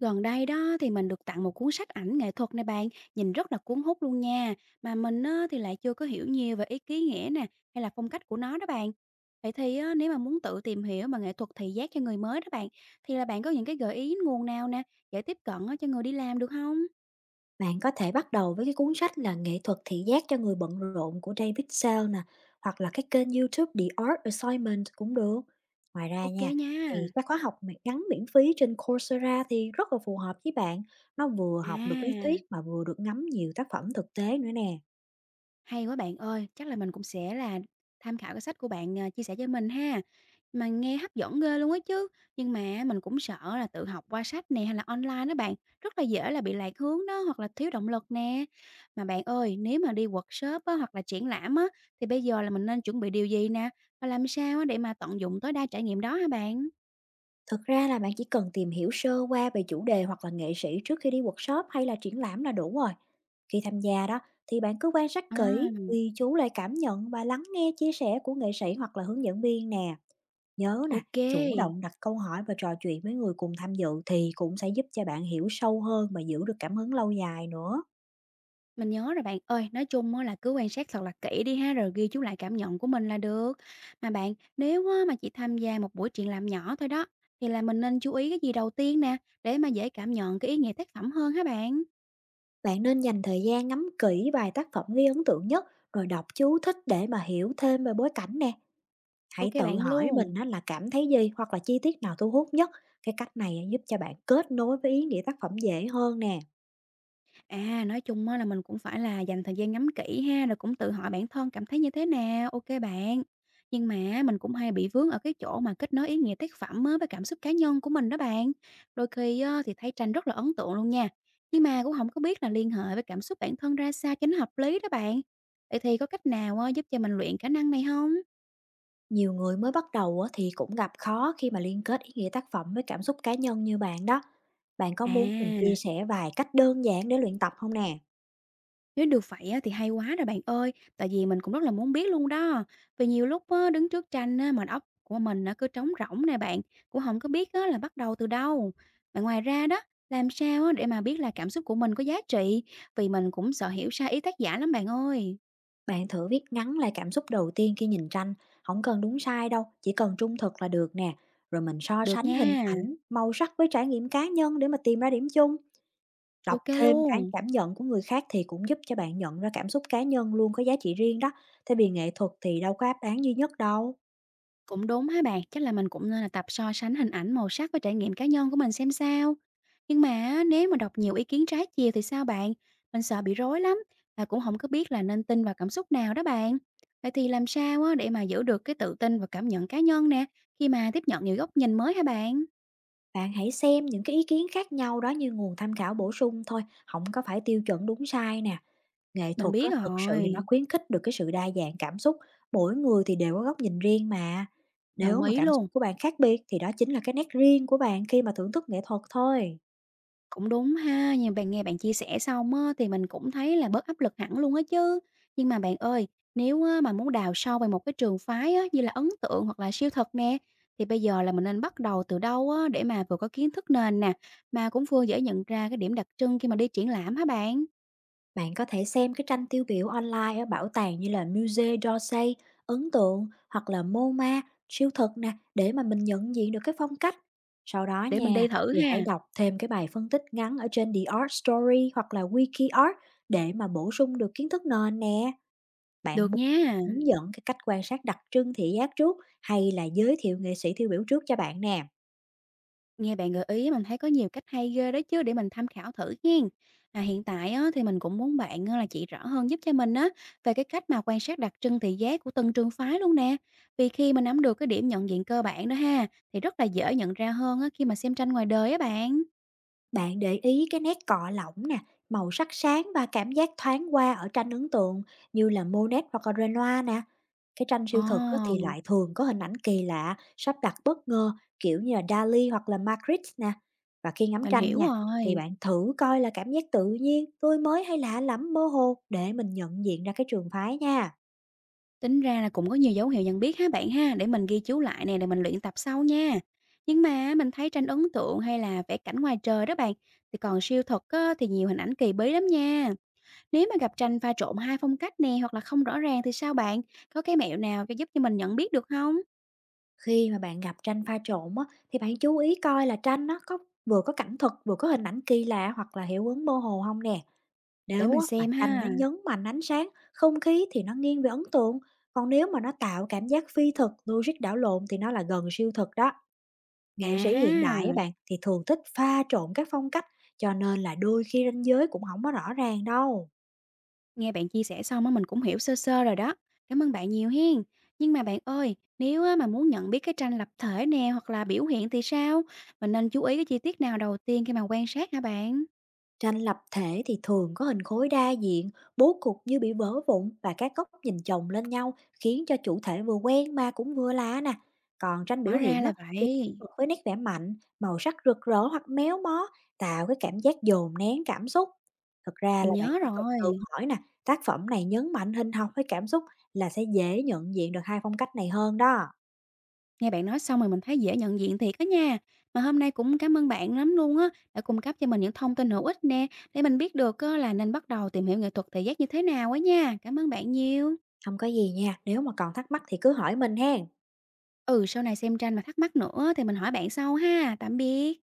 Gần đây đó thì mình được tặng một cuốn sách ảnh nghệ thuật này bạn, nhìn rất là cuốn hút luôn nha. Mà mình á, thì lại chưa có hiểu nhiều về ý ký nghĩa nè, hay là phong cách của nó đó bạn. Vậy thì á, nếu mà muốn tự tìm hiểu mà nghệ thuật thị giác cho người mới đó bạn, thì là bạn có những cái gợi ý nguồn nào nè, dễ tiếp cận á, cho người đi làm được không? Bạn có thể bắt đầu với cái cuốn sách là Nghệ thuật thị giác cho người bận rộn của David Sale nè, hoặc là cái kênh YouTube The Art Assignment cũng được. Ngoài ra Ok nha, thì nha. các khóa học ngắn miễn phí trên Coursera thì rất là phù hợp với bạn. Nó vừa học được lý À. thuyết mà vừa được ngắm nhiều tác phẩm thực tế nữa nè. Hay quá bạn ơi, chắc là mình cũng sẽ là tham khảo cái sách của bạn, à, chia sẻ cho mình ha. Mà nghe hấp dẫn ghê luôn á chứ, nhưng mà mình cũng sợ là tự học qua sách nè hay là online đó bạn, rất là dễ là bị lạc hướng đó hoặc là thiếu động lực nè. Mà bạn ơi, nếu mà đi workshop á, hoặc là triển lãm á, thì bây giờ là mình nên chuẩn bị điều gì nè? Và làm sao á để mà tận dụng tối đa trải nghiệm đó hả bạn? Thực ra là bạn chỉ cần tìm hiểu sơ qua về chủ đề hoặc là nghệ sĩ trước khi đi workshop hay là triển lãm là đủ rồi. Khi tham gia đó thì bạn cứ quan sát À, kỹ, ghi chú lại cảm nhận và lắng nghe chia sẻ của nghệ sĩ hoặc là hướng dẫn viên nè. Nhớ nè, ô. chủ động đặt câu hỏi và trò chuyện với người cùng tham dự thì cũng sẽ giúp cho bạn hiểu sâu hơn và giữ được cảm hứng lâu dài nữa. Mình nhớ rồi bạn ơi, nói chung á là cứ quan sát thật là kỹ đi ha, rồi ghi chú lại cảm nhận của mình là được. Mà bạn, nếu á mà chỉ tham gia một buổi triển lãm nhỏ thôi đó, thì là mình nên chú ý cái gì đầu tiên nè, để mà dễ cảm nhận cái ý nghĩa tác phẩm hơn hả bạn? Bạn nên dành thời gian ngắm kỹ vài tác phẩm ghi ấn tượng nhất, rồi đọc chú thích để mà hiểu thêm về bối cảnh nè. Ok Hãy tự bạn hỏi mình luôn. á là cảm thấy gì hoặc là chi tiết nào thu hút nhất. Cái cách này á giúp cho bạn kết nối với ý nghĩa tác phẩm dễ hơn nè. À, nói chung á là mình cũng phải là dành thời gian ngắm kỹ ha, rồi cũng tự hỏi bản thân cảm thấy như thế nào, ok bạn. Nhưng mà á, mình cũng hay bị vướng ở cái chỗ mà kết nối ý nghĩa tác phẩm á với cảm xúc cá nhân của mình đó bạn. Đôi khi á thì thấy tranh rất là ấn tượng luôn nha, nhưng mà cũng không có biết là liên hệ với cảm xúc bản thân ra sao cho nó hợp lý đó bạn. Vậy thì có cách nào á giúp cho mình luyện khả năng này không? Nhiều người mới bắt đầu á thì cũng gặp khó khi mà liên kết ý nghĩa tác phẩm với cảm xúc cá nhân như bạn đó. Bạn có muốn mình chia À. sẻ vài cách đơn giản để luyện tập không nè? Nếu được vậy á, thì hay quá rồi bạn ơi, tại vì mình cũng rất là muốn biết luôn đó. Vì nhiều lúc á, đứng trước tranh á, mà óc của mình nó cứ trống rỗng nè bạn, cũng không có biết á, là bắt đầu từ đâu. Mà ngoài ra đó, làm sao á, để mà biết là cảm xúc của mình có giá trị, vì mình cũng sợ hiểu sai ý tác giả lắm bạn ơi. Bạn thử viết ngắn lại cảm xúc đầu tiên khi nhìn tranh, không cần đúng sai đâu, chỉ cần trung thực là được nè. Rồi mình so Được sánh hình nha, ảnh, màu sắc với trải nghiệm cá nhân để mà tìm ra điểm chung. Đọc ok thêm cái luôn. cảm nhận của người khác thì cũng giúp cho bạn nhận ra cảm xúc cá nhân luôn có giá trị riêng đó, thay vì nghệ thuật thì đâu có đáp án duy nhất đâu. Cũng đúng ha bạn, chắc là mình cũng nên là tập so sánh hình ảnh màu sắc với trải nghiệm cá nhân của mình xem sao. Nhưng mà á, nếu mà đọc nhiều ý kiến trái chiều thì sao bạn? Mình sợ bị rối lắm và cũng không có biết là nên tin vào cảm xúc nào đó bạn. Vậy thì làm sao á để mà giữ được cái tự tin và cảm nhận cá nhân nè khi mà tiếp nhận nhiều góc nhìn mới hả bạn? Bạn hãy xem những cái ý kiến khác nhau đó như nguồn tham khảo bổ sung thôi, không có phải tiêu chuẩn đúng sai nè. Nghệ Mình thuật á, biết thực sự thì nó rồi, khuyến khích được cái sự đa dạng cảm xúc, mỗi người thì đều có góc nhìn riêng mà. Nếu đồng mà ý cảm xúc luôn. của bạn khác biệt thì đó chính là cái nét riêng của bạn khi mà thưởng thức nghệ thuật thôi. Cũng đúng ha, nhưng bạn nghe bạn chia sẻ xong á, thì mình cũng thấy là bớt áp lực hẳn luôn á chứ. Nhưng mà bạn ơi, nếu á, mà muốn đào sâu về một cái trường phái á, như là ấn tượng hoặc là siêu thực nè, thì bây giờ là mình nên bắt đầu từ đâu á, để mà vừa có kiến thức nền nè, mà cũng vừa dễ nhận ra cái điểm đặc trưng khi mà đi triển lãm hả bạn? Bạn có thể xem cái tranh tiêu biểu online ở bảo tàng như là Musée d'Orsay, Ấn Tượng, hoặc là MoMA, siêu thực nè, để mà mình nhận diện được cái phong cách. Sau đó Để mình nha, đi thử thì hãy ha. đọc thêm cái bài phân tích ngắn ở trên The Art Story hoặc là WikiArt để mà bổ sung được kiến thức nền nè. Bạn Được muốn nha. hướng dẫn cái cách quan sát đặc trưng thị giác trước, hay là giới thiệu nghệ sĩ tiêu biểu trước cho bạn nè? Nghe bạn gợi ý mình thấy có nhiều cách hay ghê đó chứ để mình tham khảo thử hen. À, hiện tại á, thì mình cũng muốn bạn á, là chỉ rõ hơn giúp cho mình á về cái cách mà quan sát đặc trưng thị giác của từng trường phái luôn nè. Vì khi mà nắm được cái điểm nhận diện cơ bản đó ha thì rất là dễ nhận ra hơn á, khi mà xem tranh ngoài đời á bạn. Bạn để ý cái nét cọ lỏng nè, màu sắc sáng và cảm giác thoáng qua ở tranh ấn tượng như là Monet hoặc là Renoir nè. Cái tranh siêu thực á, thì Ồ, lại thường có hình ảnh kỳ lạ, sắp đặt bất ngờ, kiểu như là Dali hoặc là Magritte nè. Và khi ngắm mình tranh hiểu nha, thì rồi. bạn thử coi là cảm giác tự nhiên, tươi mới, hay lạ lẫm mơ hồ, để mình nhận diện ra cái trường phái nha. Tính ra là cũng có nhiều dấu hiệu nhận biết ha bạn ha, để mình ghi chú lại nè để mình luyện tập sau nha. Nhưng mà mình thấy tranh ấn tượng hay là vẽ cảnh ngoài trời đó bạn, thì còn siêu thật á, thì nhiều hình ảnh kỳ bí lắm nha. Nếu mà gặp tranh pha trộn hai phong cách nè hoặc là không rõ ràng thì sao bạn? Có cái mẹo nào cho giúp cho mình nhận biết được không? Khi mà bạn gặp tranh pha trộn á, thì bạn chú ý coi là tranh nó có vừa có cảnh thực, vừa có hình ảnh kỳ lạ hoặc là hiệu ứng mơ hồ không nè. Để Nếu mình á mà xem tranh nó ha. nhấn mạnh ánh sáng, không khí thì nó nghiêng về ấn tượng, còn nếu mà nó tạo cảm giác phi thực, logic đảo lộn, thì nó là gần siêu thực đó. À Nghệ sĩ hiện đại á ha, bạn thì thường thích pha trộn các phong cách, cho nên là đôi khi ranh giới cũng không có rõ ràng đâu. nghe bạn chia sẻ xong á mình cũng hiểu sơ sơ rồi đó. Cảm ơn bạn nhiều hiên. Nhưng mà bạn ơi, nếu á mà muốn nhận biết cái tranh lập thể nè hoặc là biểu hiện thì sao? Mình nên chú ý cái chi tiết nào đầu tiên khi mà quan sát hả bạn? Tranh lập thể thì thường có hình khối đa diện, bố cục như bị vỡ vụn và các góc nhìn chồng lên nhau, khiến cho chủ thể vừa quen mà cũng vừa lạ nè. Còn tranh Hóa biểu ra hiện á, là thì vậy, bật với nét vẽ mạnh, màu sắc rực rỡ hoặc méo mó, tạo cái cảm giác dồn nén cảm xúc. Thực ra mình là bạn nhớ chỉ cần tự rồi. hỏi nè, tác phẩm này nhấn mạnh hình học với cảm xúc, là sẽ dễ nhận diện được hai phong cách này hơn đó. Nghe bạn nói xong rồi mình thấy dễ nhận diện thiệt á nha. Mà hôm nay cũng cảm ơn bạn lắm luôn á, đã cung cấp cho mình những thông tin hữu ích nè, để mình biết được á, là nên bắt đầu tìm hiểu nghệ thuật thị giác như thế nào á nha. Cảm ơn bạn nhiều. Không có gì nha, nếu mà còn thắc mắc thì cứ hỏi mình hen. Ừ, sau này xem tranh mà thắc mắc nữa thì mình hỏi bạn sau ha. Tạm biệt.